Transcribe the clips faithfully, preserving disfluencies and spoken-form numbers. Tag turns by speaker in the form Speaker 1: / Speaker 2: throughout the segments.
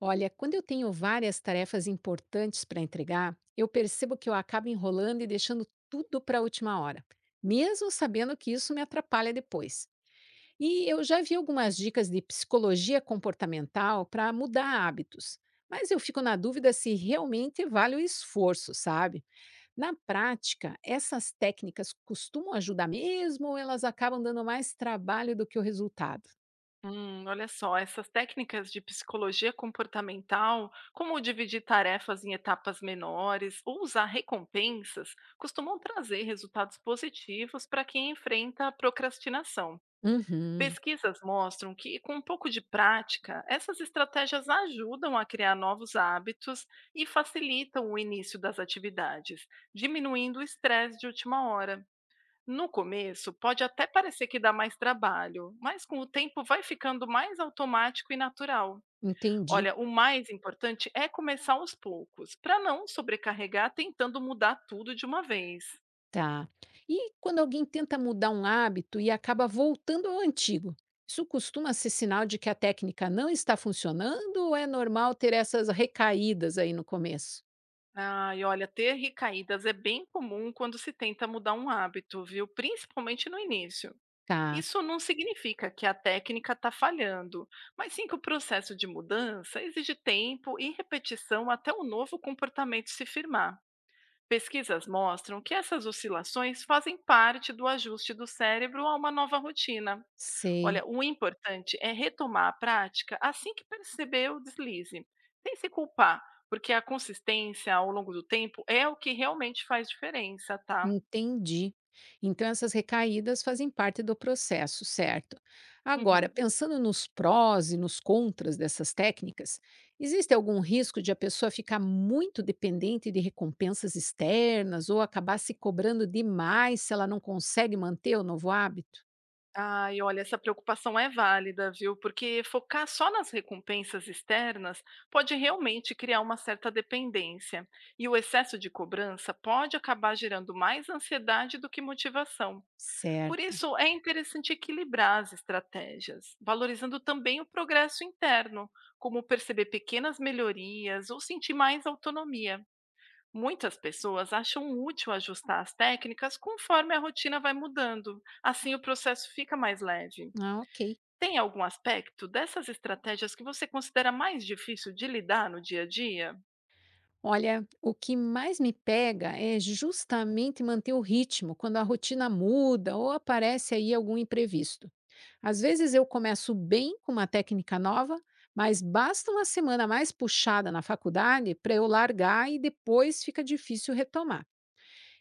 Speaker 1: Olha, quando eu tenho várias tarefas importantes para entregar, eu percebo que eu acabo enrolando e deixando tudo para a última hora, mesmo sabendo que isso me atrapalha depois. E eu já vi algumas dicas de psicologia comportamental para mudar hábitos, mas eu fico na dúvida se realmente vale o esforço, sabe? Na prática, essas técnicas costumam ajudar mesmo ou elas acabam dando mais trabalho do que o resultado?
Speaker 2: Hum, olha só, essas técnicas de psicologia comportamental, como dividir tarefas em etapas menores ou usar recompensas, costumam trazer resultados positivos para quem enfrenta a procrastinação.
Speaker 1: Uhum,
Speaker 2: Pesquisas mostram que, com um pouco de prática, essas estratégias ajudam a criar novos hábitos e facilitam o início das atividades, diminuindo o estresse de última hora. No começo, pode até parecer que dá mais trabalho, mas com o tempo vai ficando mais automático e natural.
Speaker 1: entendi.
Speaker 2: Olha, o mais importante é começar aos poucos, para não sobrecarregar tentando mudar tudo de uma vez.
Speaker 1: Tá. E quando alguém tenta mudar um hábito e acaba voltando ao antigo, isso costuma ser sinal de que a técnica não está funcionando ou é normal ter essas recaídas aí no começo?
Speaker 2: Ah, e olha, ter recaídas é bem comum quando se tenta mudar um hábito, viu? Principalmente no início.
Speaker 1: Tá,
Speaker 2: Isso não significa que a técnica está falhando, mas sim que o processo de mudança exige tempo e repetição até o novo comportamento se firmar. Pesquisas mostram que essas oscilações fazem parte do ajuste do cérebro a uma nova rotina.
Speaker 1: sei.
Speaker 2: Olha, o importante é retomar a prática assim que perceber o deslize, sem se culpar, porque a consistência ao longo do tempo é o que realmente faz diferença, tá?
Speaker 1: Entendi. Então essas recaídas fazem parte do processo, certo? Agora,
Speaker 2: Uhum.
Speaker 1: pensando nos prós e nos contras dessas técnicas, existe algum risco de a pessoa ficar muito dependente de recompensas externas ou acabar se cobrando demais se ela não consegue manter o novo hábito?
Speaker 2: Ai, olha, essa preocupação é válida, viu? Porque focar só nas recompensas externas pode realmente criar uma certa dependência, e o excesso de cobrança pode acabar gerando mais ansiedade do que motivação. Por
Speaker 1: Certo.
Speaker 2: isso, é interessante equilibrar as estratégias, valorizando também o progresso interno, como perceber pequenas melhorias ou sentir mais autonomia. Muitas pessoas acham útil ajustar as técnicas conforme a rotina vai mudando. Assim, o processo fica mais leve.
Speaker 1: Ah, ok.
Speaker 2: Tem algum aspecto dessas estratégias que você considera mais difícil de lidar no dia a dia?
Speaker 1: Olha, o que mais me pega é justamente manter o ritmo quando a rotina muda ou aparece aí algum imprevisto. Às vezes eu começo bem com uma técnica nova, mas basta uma semana mais puxada na faculdade para eu largar e depois fica difícil retomar.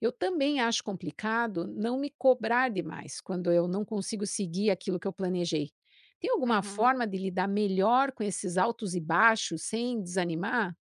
Speaker 1: Eu também acho complicado não me cobrar demais quando eu não consigo seguir aquilo que eu planejei. Tem alguma
Speaker 2: Uhum.
Speaker 1: forma de lidar melhor com esses altos e baixos sem desanimar?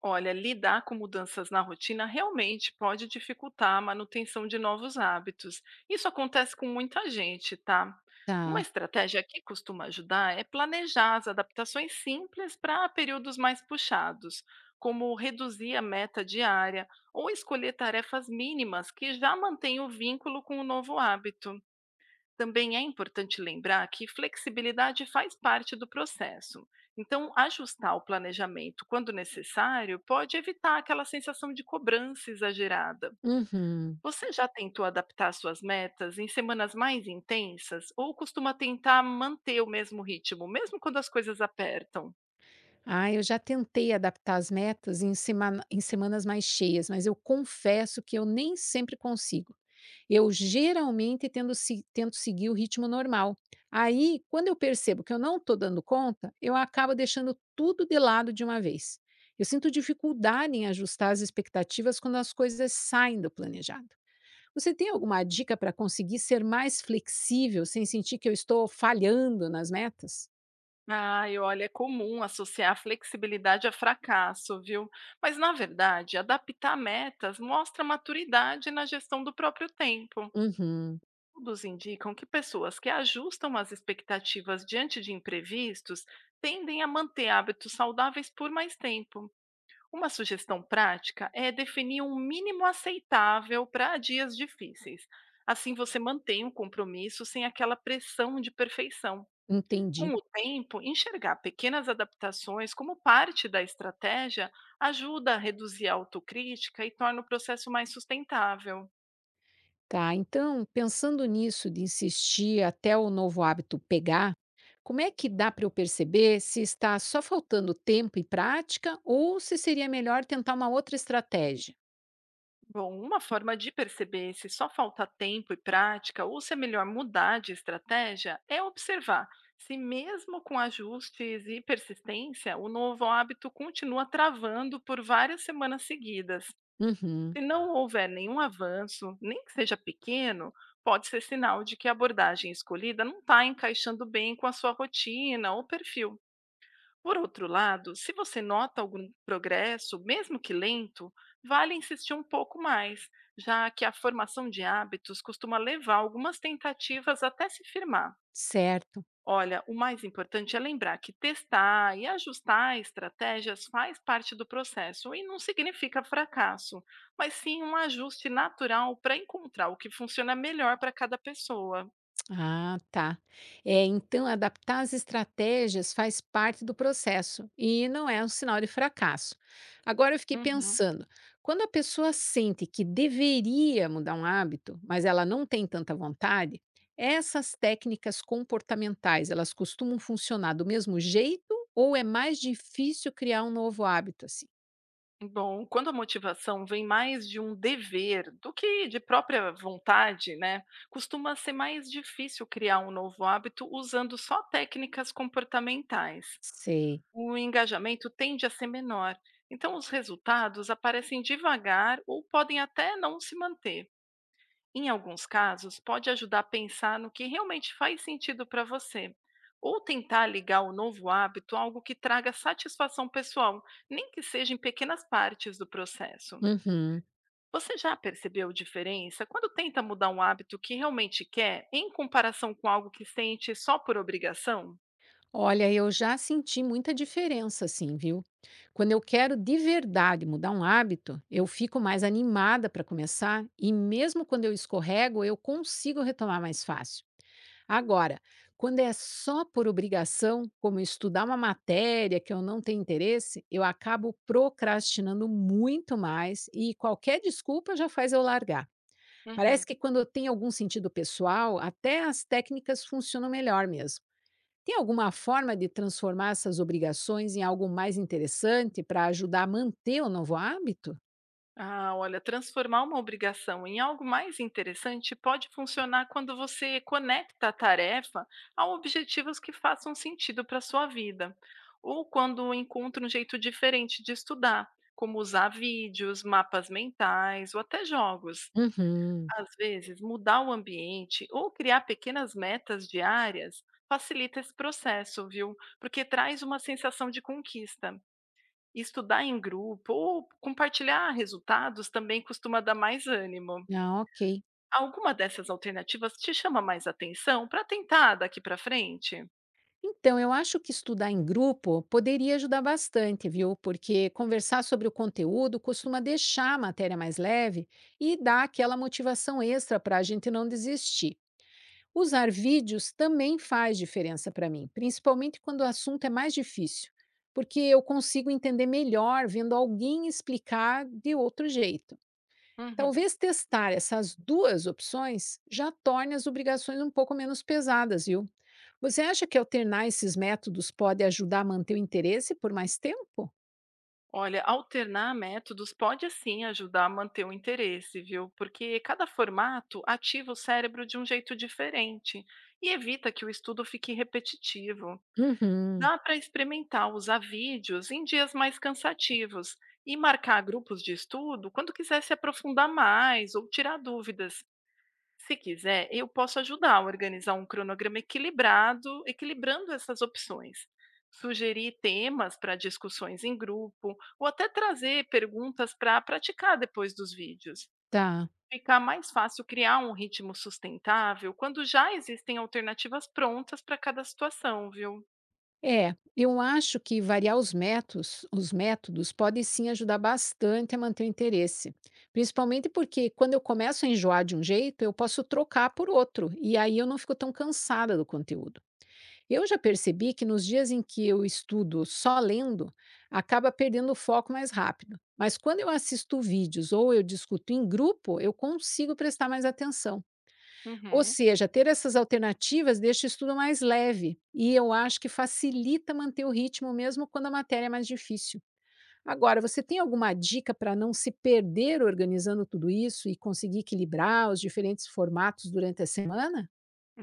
Speaker 2: Olha, lidar com mudanças na rotina realmente pode dificultar a manutenção de novos hábitos. Isso acontece com muita gente, tá? Uma
Speaker 1: Tá.
Speaker 2: estratégia que costuma ajudar é planejar as adaptações simples para períodos mais puxados, como reduzir a meta diária ou escolher tarefas mínimas que já mantêm o vínculo com o novo hábito. Também é importante lembrar que flexibilidade faz parte do processo. Então, ajustar o planejamento quando necessário pode evitar aquela sensação de cobrança exagerada.
Speaker 1: Uhum.
Speaker 2: Você já tentou adaptar suas metas em semanas mais intensas ou costuma tentar manter o mesmo ritmo, mesmo quando as coisas apertam?
Speaker 1: Ah, eu já tentei adaptar as metas em, semana- em semanas mais cheias, mas eu confesso que eu nem sempre consigo. Eu geralmente tendo se- tento seguir o ritmo normal. Aí, quando eu percebo que eu não estou dando conta, eu acabo deixando tudo de lado de uma vez. Eu sinto dificuldade em ajustar as expectativas quando as coisas saem do planejado. Você tem alguma dica para conseguir ser mais flexível sem sentir que eu estou falhando nas metas?
Speaker 2: Ai, olha, é comum associar flexibilidade a fracasso, viu? Mas, na verdade, adaptar metas mostra maturidade na gestão do próprio tempo.
Speaker 1: Uhum,
Speaker 2: Estudos indicam que pessoas que ajustam as expectativas diante de imprevistos tendem a manter hábitos saudáveis por mais tempo. Uma sugestão prática é definir um mínimo aceitável para dias difíceis. Assim você mantém o compromisso sem aquela pressão de perfeição.
Speaker 1: entendi.
Speaker 2: Com o tempo, enxergar pequenas adaptações como parte da estratégia ajuda a reduzir a autocrítica e torna o processo mais sustentável.
Speaker 1: Tá, então, pensando nisso de insistir até o novo hábito pegar, como é que dá para eu perceber se está só faltando tempo e prática ou se seria melhor tentar uma outra estratégia?
Speaker 2: Bom, uma forma de perceber se só falta tempo e prática ou se é melhor mudar de estratégia é observar se, mesmo com ajustes e persistência, o novo hábito continua travando por várias semanas seguidas.
Speaker 1: Uhum,
Speaker 2: Se não houver nenhum avanço, nem que seja pequeno, pode ser sinal de que a abordagem escolhida não está encaixando bem com a sua rotina ou perfil. Por outro lado, se você nota algum progresso, mesmo que lento, vale insistir um pouco mais, já que a formação de hábitos costuma levar algumas tentativas até se firmar.
Speaker 1: certo.
Speaker 2: Olha, o mais importante é lembrar que testar e ajustar estratégias faz parte do processo e não significa fracasso, mas sim um ajuste natural para encontrar o que funciona melhor para cada pessoa.
Speaker 1: Ah, tá. É, então, adaptar as estratégias faz parte do processo e não é um sinal de fracasso. Agora, eu fiquei
Speaker 2: Uhum.
Speaker 1: pensando: quando a pessoa sente que deveria mudar um hábito, mas ela não tem tanta vontade, essas técnicas comportamentais elas costumam funcionar do mesmo jeito ou é mais difícil criar um novo hábito assim?
Speaker 2: Bom, quando a motivação vem mais de um dever do que de própria vontade, né, costuma ser mais difícil criar um novo hábito usando só técnicas comportamentais.
Speaker 1: Sei.
Speaker 2: O engajamento tende a ser menor, então os resultados aparecem devagar ou podem até não se manter. Em alguns casos, pode ajudar a pensar no que realmente faz sentido para você, ou tentar ligar o novo hábito a algo que traga satisfação pessoal, nem que seja em pequenas partes do processo.
Speaker 1: Uhum.
Speaker 2: Você já percebeu diferença quando tenta mudar um hábito que realmente quer, em comparação com algo que sente só por obrigação?
Speaker 1: Olha, eu já senti muita diferença, assim, viu? Quando eu quero de verdade mudar um hábito, eu fico mais animada para começar e, mesmo quando eu escorrego, eu consigo retomar mais fácil. Agora, quando é só por obrigação, como estudar uma matéria que eu não tenho interesse, eu acabo procrastinando muito mais e qualquer desculpa já faz eu largar. Parece que
Speaker 2: Uhum.
Speaker 1: quando eu tenho algum sentido pessoal, até as técnicas funcionam melhor mesmo. Tem alguma forma de transformar essas obrigações em algo mais interessante para ajudar a manter o novo hábito?
Speaker 2: Ah, olha, transformar uma obrigação em algo mais interessante pode funcionar quando você conecta a tarefa a objetivos que façam sentido para a sua vida, ou quando encontra um jeito diferente de estudar, como usar vídeos, mapas mentais ou até jogos.
Speaker 1: Uhum.
Speaker 2: Às vezes, mudar o ambiente ou criar pequenas metas diárias facilita esse processo, viu? Porque traz uma sensação de conquista. Estudar em grupo ou compartilhar resultados também costuma dar mais ânimo.
Speaker 1: Ah, ok.
Speaker 2: Alguma dessas alternativas te chama mais atenção para tentar daqui para frente?
Speaker 1: Então, eu acho que estudar em grupo poderia ajudar bastante, viu? Porque conversar sobre o conteúdo costuma deixar a matéria mais leve e dá aquela motivação extra para a gente não desistir. Usar vídeos também faz diferença para mim, principalmente quando o assunto é mais difícil, porque eu consigo entender melhor vendo alguém explicar de outro jeito.
Speaker 2: Uhum.
Speaker 1: Talvez testar essas duas opções já torne as obrigações um pouco menos pesadas, viu? Você acha que alternar esses métodos pode ajudar a manter o interesse por mais tempo?
Speaker 2: Olha, alternar métodos pode sim ajudar a manter o interesse, viu? Porque cada formato ativa o cérebro de um jeito diferente e evita que o estudo fique repetitivo.
Speaker 1: Uhum,
Speaker 2: Dá para experimentar usar vídeos em dias mais cansativos e marcar grupos de estudo quando quiser se aprofundar mais ou tirar dúvidas. Se quiser, eu posso ajudar a organizar um cronograma equilibrado, equilibrando essas opções. Sugerir temas para discussões em grupo ou até trazer perguntas para praticar depois dos vídeos.
Speaker 1: tá.
Speaker 2: Fica mais fácil criar um ritmo sustentável quando já existem alternativas prontas para cada situação, viu?
Speaker 1: É, eu acho que variar os métodos, os métodos podem sim ajudar bastante a manter o interesse. Principalmente porque quando eu começo a enjoar de um jeito, eu posso trocar por outro, e aí eu não fico tão cansada do conteúdo. Eu já percebi que nos dias em que eu estudo só lendo, acaba perdendo o foco mais rápido. Mas quando eu assisto vídeos ou eu discuto em grupo, eu consigo prestar mais atenção. Ou
Speaker 2: Uhum.
Speaker 1: seja, ter essas alternativas deixa o estudo mais leve e eu acho que facilita manter o ritmo mesmo quando a matéria é mais difícil. Agora, você tem alguma dica para não se perder organizando tudo isso e conseguir equilibrar os diferentes formatos durante a semana?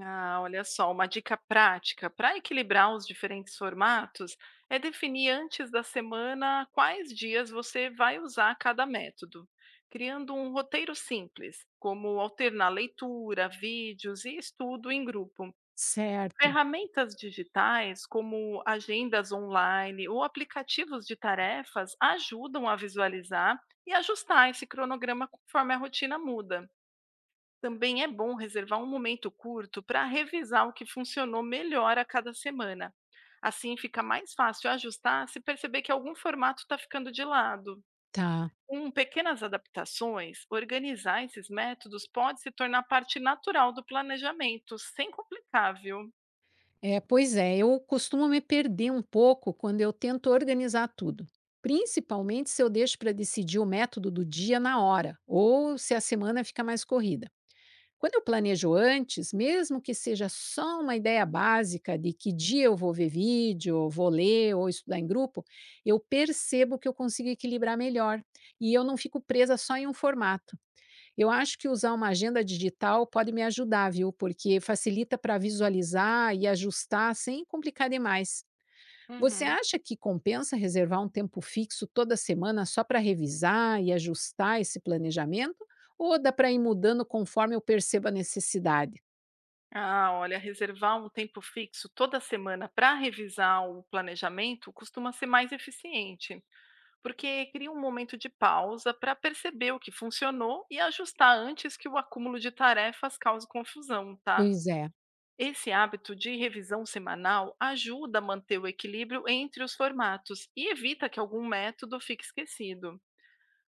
Speaker 2: Ah, olha só, uma dica prática para equilibrar os diferentes formatos é definir antes da semana quais dias você vai usar cada método, criando um roteiro simples, como alternar leitura, vídeos e estudo em grupo.
Speaker 1: Certo,
Speaker 2: Ferramentas digitais, como agendas online ou aplicativos de tarefas, ajudam a visualizar e ajustar esse cronograma conforme a rotina muda. Também é bom reservar um momento curto para revisar o que funcionou melhor a cada semana. Assim fica mais fácil ajustar se perceber que algum formato está ficando de lado.
Speaker 1: tá.
Speaker 2: Com pequenas adaptações, organizar esses métodos pode se tornar parte natural do planejamento, sem complicar, viu?
Speaker 1: É, pois é, eu costumo me perder um pouco quando eu tento organizar tudo. Principalmente se eu deixo para decidir o método do dia na hora, ou se a semana fica mais corrida. Quando eu planejo antes, mesmo que seja só uma ideia básica de que dia eu vou ver vídeo, vou ler ou estudar em grupo, eu percebo que eu consigo equilibrar melhor e eu não fico presa só em um formato. Eu acho que usar uma agenda digital pode me ajudar, viu? Porque facilita para visualizar e ajustar sem complicar demais. Você
Speaker 2: Uhum.
Speaker 1: acha que compensa reservar um tempo fixo toda semana só para revisar e ajustar esse planejamento? Ou dá para ir mudando conforme eu percebo a necessidade?
Speaker 2: Ah, olha, reservar um tempo fixo toda semana para revisar o planejamento costuma ser mais eficiente porque cria um momento de pausa para perceber o que funcionou e ajustar antes que o acúmulo de tarefas cause confusão, tá?
Speaker 1: Pois é.
Speaker 2: Esse hábito de revisão semanal ajuda a manter o equilíbrio entre os formatos e evita que algum método fique esquecido.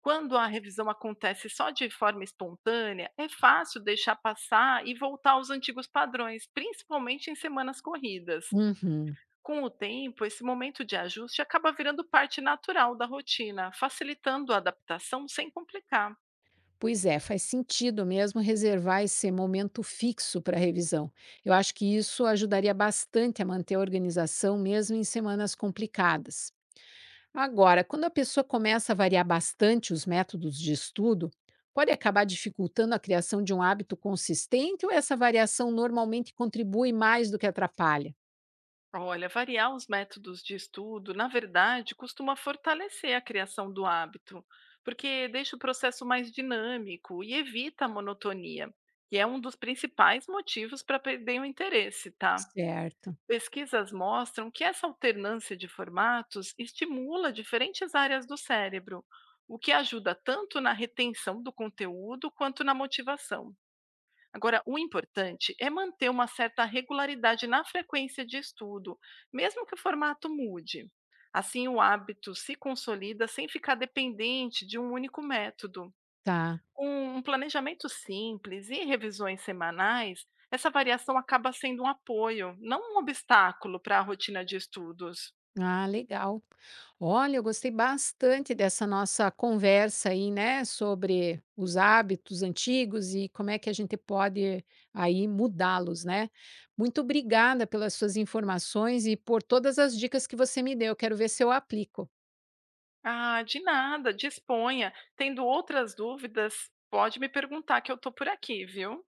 Speaker 2: Quando a revisão acontece só de forma espontânea, é fácil deixar passar e voltar aos antigos padrões, principalmente em semanas corridas.
Speaker 1: Uhum.
Speaker 2: Com o tempo, esse momento de ajuste acaba virando parte natural da rotina, facilitando a adaptação sem complicar.
Speaker 1: Pois é, faz sentido mesmo reservar esse momento fixo para revisão. Eu acho que isso ajudaria bastante a manter a organização mesmo em semanas complicadas. Agora, quando a pessoa começa a variar bastante os métodos de estudo, pode acabar dificultando a criação de um hábito consistente ou essa variação normalmente contribui mais do que atrapalha?
Speaker 2: Olha, variar os métodos de estudo, na verdade, costuma fortalecer a criação do hábito, porque deixa o processo mais dinâmico e evita a monotonia, que é um dos principais motivos para perder o interesse, tá?
Speaker 1: Certo,
Speaker 2: Pesquisas mostram que essa alternância de formatos estimula diferentes áreas do cérebro, o que ajuda tanto na retenção do conteúdo quanto na motivação. Agora, o importante é manter uma certa regularidade na frequência de estudo, mesmo que o formato mude. Assim, o hábito se consolida sem ficar dependente de um único método.
Speaker 1: tá.
Speaker 2: Com um planejamento simples e revisões semanais, essa variação acaba sendo um apoio, não um obstáculo para a rotina de estudos.
Speaker 1: Ah, legal. Olha, eu gostei bastante dessa nossa conversa aí, né, sobre os hábitos antigos e como é que a gente pode aí mudá-los, né? Muito obrigada pelas suas informações e por todas as dicas que você me deu. Quero ver se eu aplico.
Speaker 2: Ah, de nada, disponha. Tendo outras dúvidas, pode me perguntar que eu estou por aqui, viu?